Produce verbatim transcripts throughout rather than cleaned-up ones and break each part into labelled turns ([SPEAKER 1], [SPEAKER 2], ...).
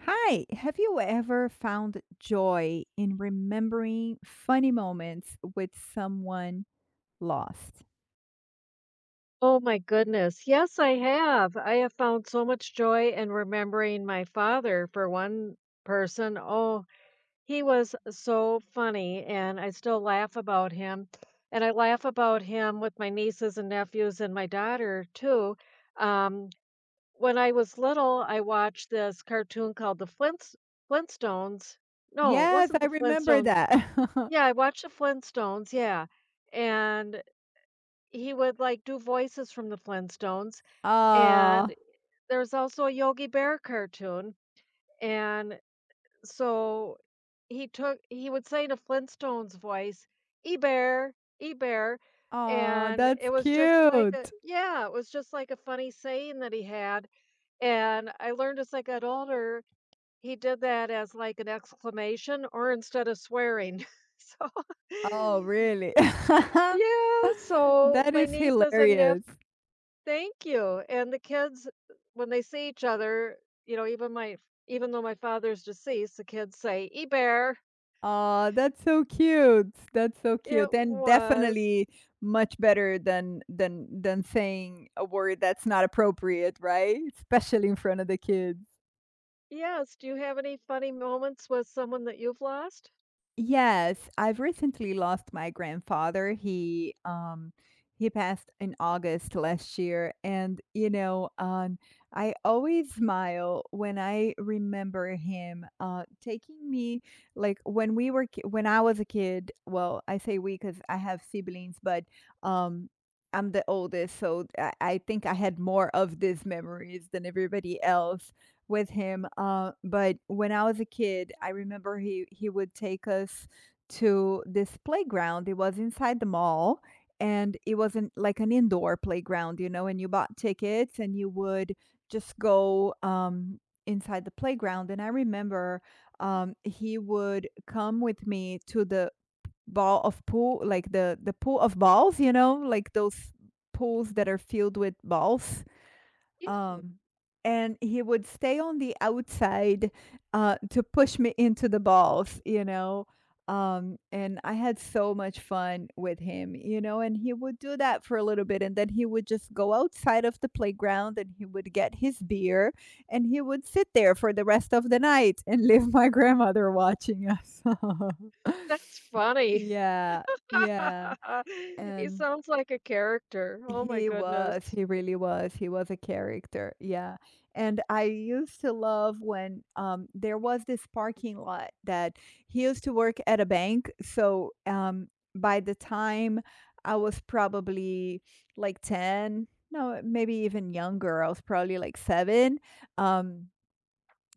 [SPEAKER 1] Hi, have you ever found joy in remembering funny moments with someone lost?
[SPEAKER 2] Oh my goodness. Yes, I have. I have found so much joy in remembering my father for one person. Oh, he was so funny, and I still laugh about him. And I laugh about him with my nieces and nephews and my daughter too. Um, when I was little, I watched this cartoon called The Flintst Flintstones. No, it
[SPEAKER 1] Yes,
[SPEAKER 2] wasn't
[SPEAKER 1] I
[SPEAKER 2] The
[SPEAKER 1] remember
[SPEAKER 2] Flintstones.
[SPEAKER 1] that.
[SPEAKER 2] Yeah, I watched The Flintstones. Yeah. And he would like do voices from The Flintstones.
[SPEAKER 1] Aw,
[SPEAKER 2] And there's also a Yogi Bear cartoon, and so he took he would say in a Flintstones voice, "E-bear, E-bear,"
[SPEAKER 1] aw,
[SPEAKER 2] and
[SPEAKER 1] that's
[SPEAKER 2] it was just like a
[SPEAKER 1] cute.
[SPEAKER 2] yeah, it was just like a funny saying that he had, and I learned as I got older, he did that as, like, an exclamation or instead of swearing. So
[SPEAKER 1] Oh, really?
[SPEAKER 2] Yeah, so
[SPEAKER 1] That
[SPEAKER 2] my
[SPEAKER 1] is
[SPEAKER 2] nieces and nephews.
[SPEAKER 1] hilarious.
[SPEAKER 2] Thank you. And the kids, when they see each other, you know, even my even though my father's deceased, the kids say, "E bear,
[SPEAKER 1] Aw, that's so cute. That's so cute.
[SPEAKER 2] it
[SPEAKER 1] And
[SPEAKER 2] was."
[SPEAKER 1] definitely much better than than than saying a word that's not appropriate, right? Especially in front of the kids.
[SPEAKER 2] Yes. Do you have any funny moments with someone that you've lost?
[SPEAKER 1] Yes, I've recently lost my grandfather. He um he passed in August last year, and you know, um I always smile when I remember him uh taking me like when we were ki- when I was a kid. Well, I say we because I have siblings, but um I'm the oldest, so I, I think I had more of these memories than everybody else with him. Uh, but when I was a kid, I remember he he would take us to this playground. It was inside the mall, and it was not like an indoor playground, you know, and you bought tickets and you would just go, um, inside the playground. And I remember, um, he would come with me to the ball of pool, like the the pool of balls, you know, like those pools that are filled with balls,
[SPEAKER 2] Yeah.
[SPEAKER 1] um, and he would stay on the outside, uh, to push me into the balls, you know? Um, and I had so much fun with him, you know, and he would do that for a little bit and then he would just go outside of the playground and he would get his beer and he would sit there for the rest of the night and leave my grandmother watching us.
[SPEAKER 2] That's funny.
[SPEAKER 1] Yeah, yeah,
[SPEAKER 2] He
[SPEAKER 1] and
[SPEAKER 2] sounds like a character. Oh my
[SPEAKER 1] he
[SPEAKER 2] goodness.
[SPEAKER 1] was, he really was. He was a character, yeah, and I used to love when, um, there was this parking lot that he used to work at a bank, so, um, by the time I was probably like ten, no, maybe even younger, I was probably like seven. um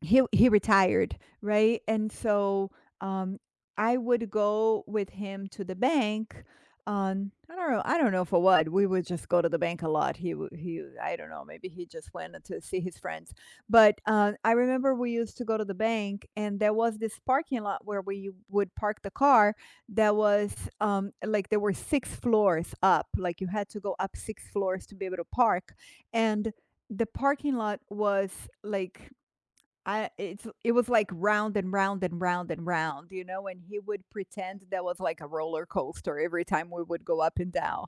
[SPEAKER 1] he he retired, right? And so, um, I would go with him to the bank. um, I don't know I don't know for what, we would just go to the bank a lot. He would he I don't know, maybe he just went to see his friends, but, uh, I remember we used to go to the bank, and there was this parking lot where we would park the car that was, um, like, there were six floors up, like, you had to go up six floors to be able to park, and the parking lot was, like I it's it was like round and round and round and round, you know, and he would pretend that was like a roller coaster every time we would go up and down.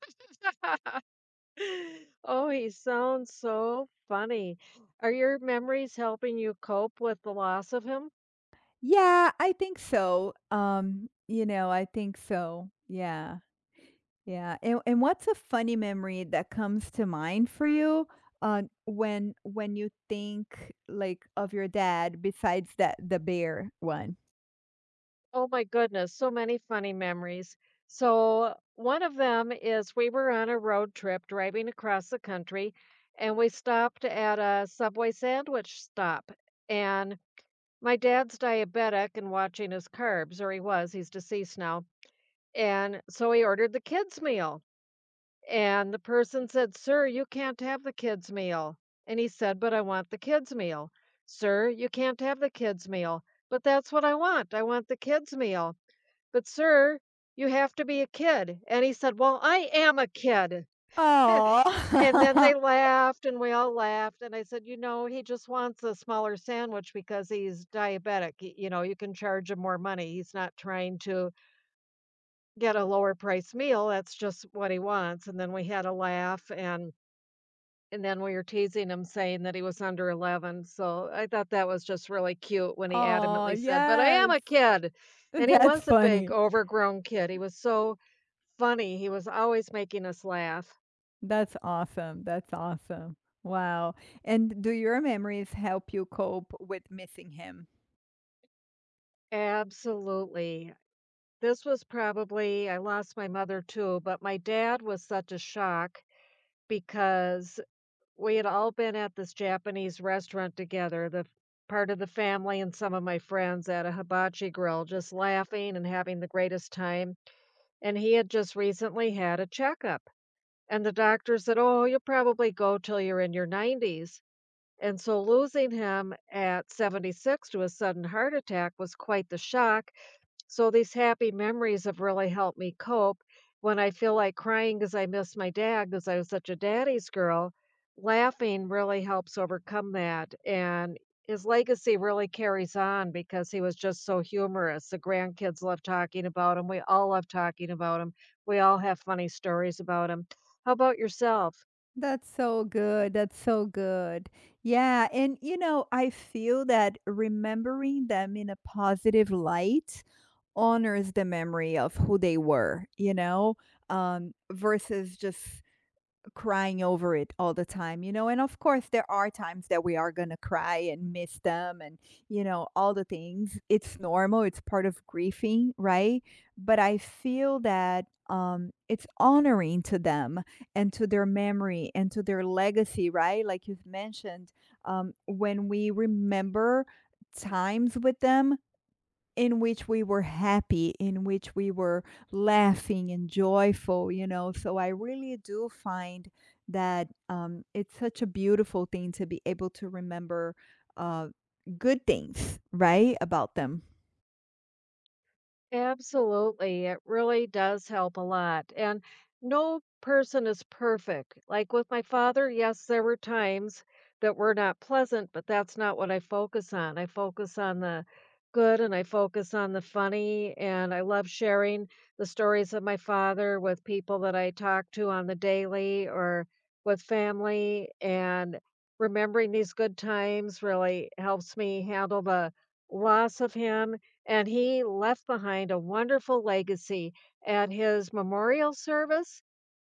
[SPEAKER 2] Oh, he sounds so funny. Are your memories helping you cope with the loss of him?
[SPEAKER 1] Yeah, I think so. Um, you know, I think so. Yeah. Yeah. And and what's a funny memory that comes to mind for you, uh, when when you think like of your dad besides that the bear one?
[SPEAKER 2] Oh my goodness, so many funny memories. So, one of them is we were on a road trip driving across the country and we stopped at a Subway sandwich stop. And my dad's diabetic and watching his carbs, or he was, he's deceased now. And so he ordered the kids' meal. And the person said, "Sir, you can't have the kids' meal." And he said, "But I want the kids' meal." "Sir, you can't have the kids' meal." "But that's what I want. I want the kids' meal." "But, sir, you have to be a kid." And he said, "Well, I am a kid." And then
[SPEAKER 1] Oh.
[SPEAKER 2] they laughed and we all laughed. And I said, "You know, he just wants a smaller sandwich because he's diabetic. Y- You know, you can charge him more money. He's not trying to get a lower price meal. That's just what he wants." And then we had a laugh, and and then we were teasing him saying that he was under eleven. So I thought that was just really cute when he
[SPEAKER 1] Oh
[SPEAKER 2] adamantly said, "But I am
[SPEAKER 1] yes.
[SPEAKER 2] a kid." And he
[SPEAKER 1] That's
[SPEAKER 2] was a big
[SPEAKER 1] funny.
[SPEAKER 2] overgrown kid. He was so funny, he was always making us laugh.
[SPEAKER 1] That's awesome, that's awesome. Wow, and do your memories help you cope with missing him?
[SPEAKER 2] Absolutely. This was probably, I lost my mother too, but my dad was such a shock because we had all been at this Japanese restaurant together, the f- part of the family and some of my friends at a hibachi grill, just laughing and having the greatest time. And he had just recently had a checkup. And the doctor said, "Oh, you'll probably go till you're in your nineties" And so losing him at seventy-six to a sudden heart attack was quite the shock. So these happy memories have really helped me cope. When I feel like crying because I miss my dad because I was such a daddy's girl, laughing really helps overcome that. And his legacy really carries on because he was just so humorous. The grandkids love talking about him. We all love talking about him. We all have funny stories about him. How about yourself?
[SPEAKER 1] That's so good, that's so good. Yeah, and, you know, I feel that remembering them in a positive light honors the memory of who they were, you know, um, versus just crying over it all the time, you know? And of course, there are times that we are going to cry and miss them and, you know, all the things. It's normal, it's part of grieving, right? But I feel that um it's honoring to them and to their memory and to their legacy, right? Like you've mentioned, um when we remember times with them in which we were happy, in which we were laughing and joyful, you know. So I really do find that, um, it's such a beautiful thing to be able to remember, uh, good things, right, about them.
[SPEAKER 2] Absolutely. It really does help a lot. And no person is perfect. Like with my father, yes, there were times that were not pleasant, but that's not what I focus on. I focus on the good and I focus on the funny. And I love sharing the stories of my father with people that I talk to on the daily or with family. And remembering these good times really helps me handle the loss of him, and he left behind a wonderful legacy. At his memorial service,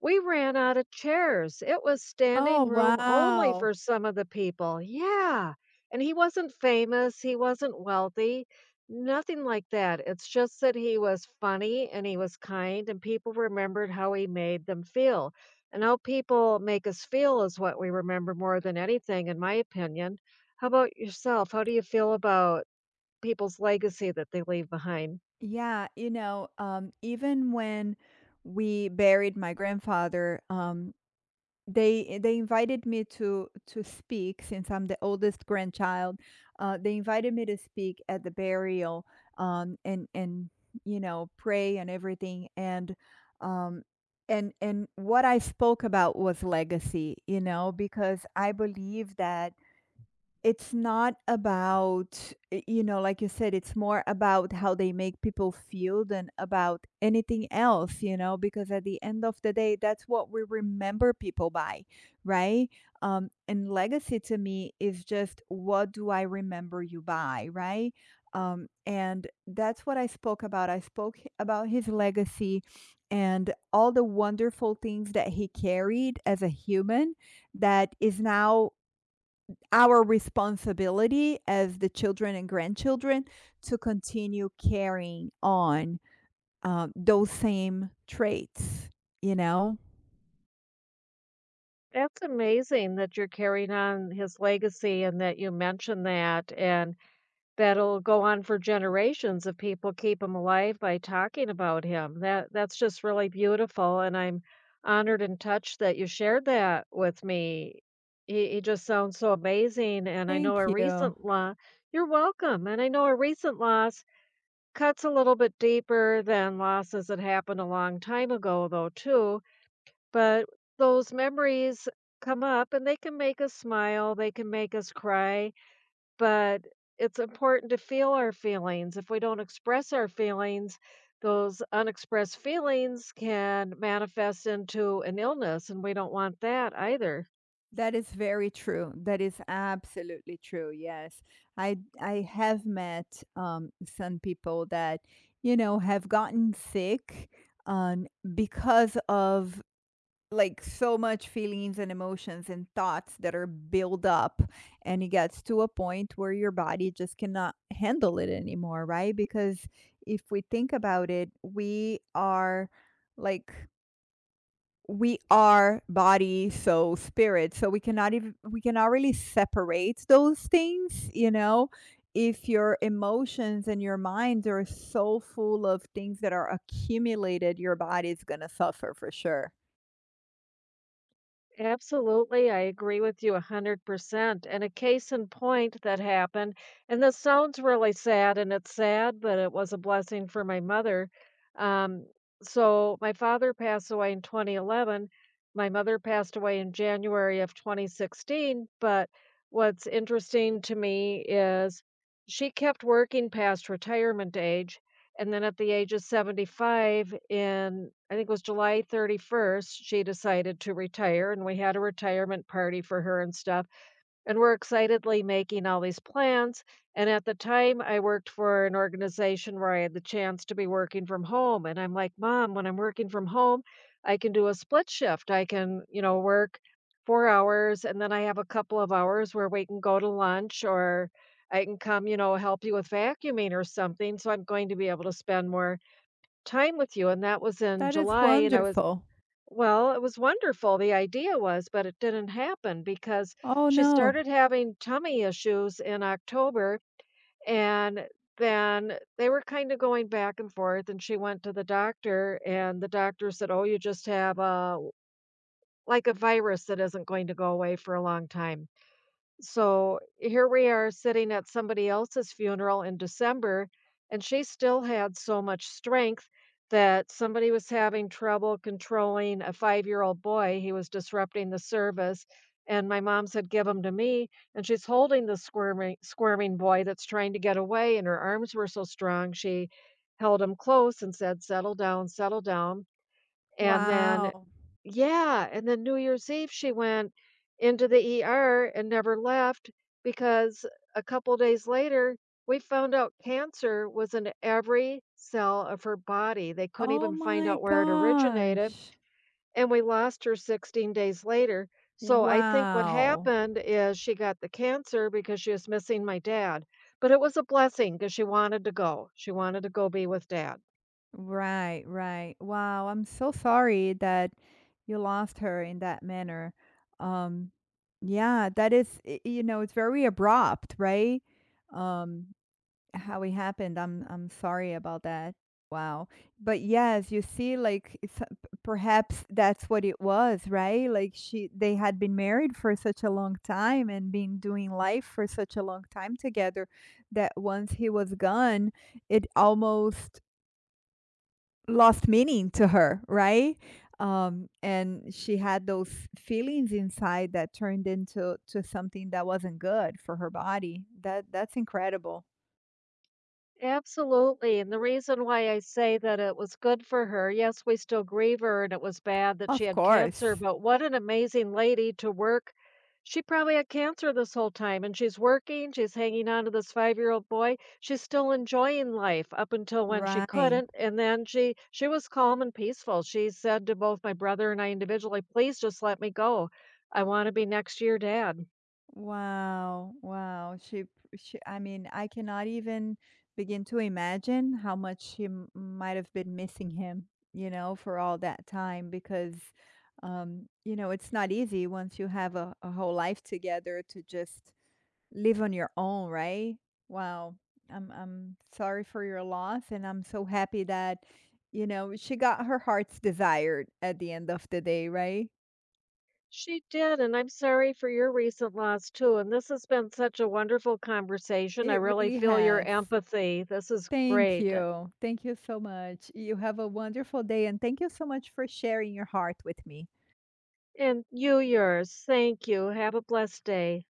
[SPEAKER 2] we ran out of chairs. It was standing
[SPEAKER 1] Oh,
[SPEAKER 2] room only
[SPEAKER 1] wow.
[SPEAKER 2] for some of the people. Yeah. And he wasn't famous, he wasn't wealthy, nothing like that. It's just that he was funny and he was kind, and people remembered how he made them feel. And how people make us feel is what we remember more than anything, in my opinion. How about yourself? How do you feel about people's legacy that they leave behind?
[SPEAKER 1] Yeah, you know, um, even when we buried my grandfather, um, They they invited me to to speak since I'm the oldest grandchild. Uh, they invited me to speak at the burial, um, and and you know, pray and everything. And um, and and what I spoke about was legacy, you know, because I believe that it's not about, y you know, like you said, it's more about how they make people feel than about anything else, you know, because at the end of the day, that's what we remember people by, right? Um, and legacy to me is just, what do I remember you by, right? Um, and that's what I spoke about. I spoke h- about his legacy and all the wonderful things that he carried as a human that is now our responsibility as the children and grandchildren to continue carrying on, um, those same traits, you know?
[SPEAKER 2] That's amazing that you're carrying on his legacy and that you mentioned that, and that'll go on for generations if people keep him alive by talking about him. That, that's just really beautiful, and I'm honored and touched that you shared that with me. He, he just sounds so amazing, and I know
[SPEAKER 1] Thank
[SPEAKER 2] a
[SPEAKER 1] you.
[SPEAKER 2] recent loss. You're welcome, and I know a recent loss cuts a little bit deeper than losses that happened a long time ago, though, too. But those memories come up and they can make us smile, they can make us cry, but it's important to feel our feelings. If we don't express our feelings, those unexpressed feelings can manifest into an illness, and we don't want that either.
[SPEAKER 1] That is very true. That is absolutely true. Yes. I I have met, um, some people that, you know, have gotten sick, um, because of like so much feelings and emotions and thoughts that are built up, and it gets to a point where your body just cannot handle it anymore, right? Because if we think about it, we are like, we are body, soul, spirit, so we cannot even, we cannot really separate those things, you know. If your emotions and your minds are so full of things that are accumulated, your body is gonna suffer for sure.
[SPEAKER 2] Absolutely, I agree with you one hundred percent. And a case in point that happened, and this sounds really sad, and it's sad, but it was a blessing for my mother. Um, so my father passed away in twenty eleven. My mother passed away in January of twenty sixteen. But what's interesting to me is she kept working past retirement age. And then at the age of seventy-five, in I think it was July thirty-first, she decided to retire, and we had a retirement party for her and stuff, and we're excitedly making all these plans. And at the time, I worked for an organization where I had the chance to be working from home. And I'm like, "Mom, when I'm working from home, I can do a split shift. I can, you know, work four hours and then I have a couple of hours where we can go to lunch or I can come, you know, help you with vacuuming or something. So I'm going to be able to spend more time with you." And that was in
[SPEAKER 1] That is
[SPEAKER 2] July. And I was
[SPEAKER 1] wonderful.
[SPEAKER 2] Well, it was wonderful, the idea was, but it didn't happen because
[SPEAKER 1] Oh,
[SPEAKER 2] she
[SPEAKER 1] no.
[SPEAKER 2] started having tummy issues in October, and then they were kinda going back and forth, and she went to the doctor, and the doctor said, "Oh, you just have a like a virus that isn't going to go away for a long time." So here we are sitting at somebody else's funeral in December, and she still had so much strength that somebody was having trouble controlling a five year old boy. He was disrupting the service. And my mom said, "Give him to me." And she's holding the squirming, squirming boy that's trying to get away. And her arms were so strong, she held him close and said, "Settle down, settle down." And then,
[SPEAKER 1] Wow.
[SPEAKER 2] yeah, and then New Year's Eve, she went into the E R and never left because a couple days later, we found out cancer was in every cell of her body. They couldn't
[SPEAKER 1] Oh
[SPEAKER 2] even find
[SPEAKER 1] my
[SPEAKER 2] out where it originated,
[SPEAKER 1] gosh.
[SPEAKER 2] and we lost her sixteen days later. So I think what
[SPEAKER 1] Wow.
[SPEAKER 2] happened is she got the cancer because she was missing my dad, but it was a blessing because she wanted to go. She wanted to go be with dad.
[SPEAKER 1] Right, right. Wow, I'm so sorry that you lost her in that manner. Um, yeah, that is, i- you know, it's very abrupt, right? Um, How it happened, I'm I'm sorry about that. Wow. But yes, you see, like it's, uh, p- perhaps that's what it was, right? Like she, they had been married for such a long time and been doing life for such a long time together that once he was gone, it almost lost meaning to her, right? Um, and she had those feelings inside that turned into to something that wasn't good for her body. That that's incredible.
[SPEAKER 2] Absolutely, and the reason why I say that it was good for her, yes, we still grieve her, and it was bad that she
[SPEAKER 1] Of
[SPEAKER 2] had cancer,
[SPEAKER 1] course.
[SPEAKER 2] but what an amazing lady to work, she probably had cancer this whole time, and she's working, she's hanging on to this five-year-old boy, she's still enjoying life up until when she
[SPEAKER 1] Right.
[SPEAKER 2] couldn't, and then she she was calm and peaceful, she said to both my brother and I individually, "Please just let me go. I wanna be next to your dad."
[SPEAKER 1] Wow, wow. She she I mean, I cannot even begin to imagine how much she m might have been missing him, you know, for all that time because, um, you know, it's not easy once you have a a whole life together to just live on your own, right? Wow. I'm I'm sorry for your loss, and I'm so happy that, you know, she got her heart's desired at the end of the day, right?
[SPEAKER 2] She did, and I'm sorry for your recent loss too. And this has been such a wonderful conversation. I
[SPEAKER 1] It
[SPEAKER 2] really
[SPEAKER 1] really
[SPEAKER 2] feel your
[SPEAKER 1] has.
[SPEAKER 2] empathy. This is
[SPEAKER 1] Thank
[SPEAKER 2] great.
[SPEAKER 1] you. Thank you so much. You have a wonderful day, and thank you so much for sharing your heart with me.
[SPEAKER 2] And you, yours. Thank you. Have a blessed day.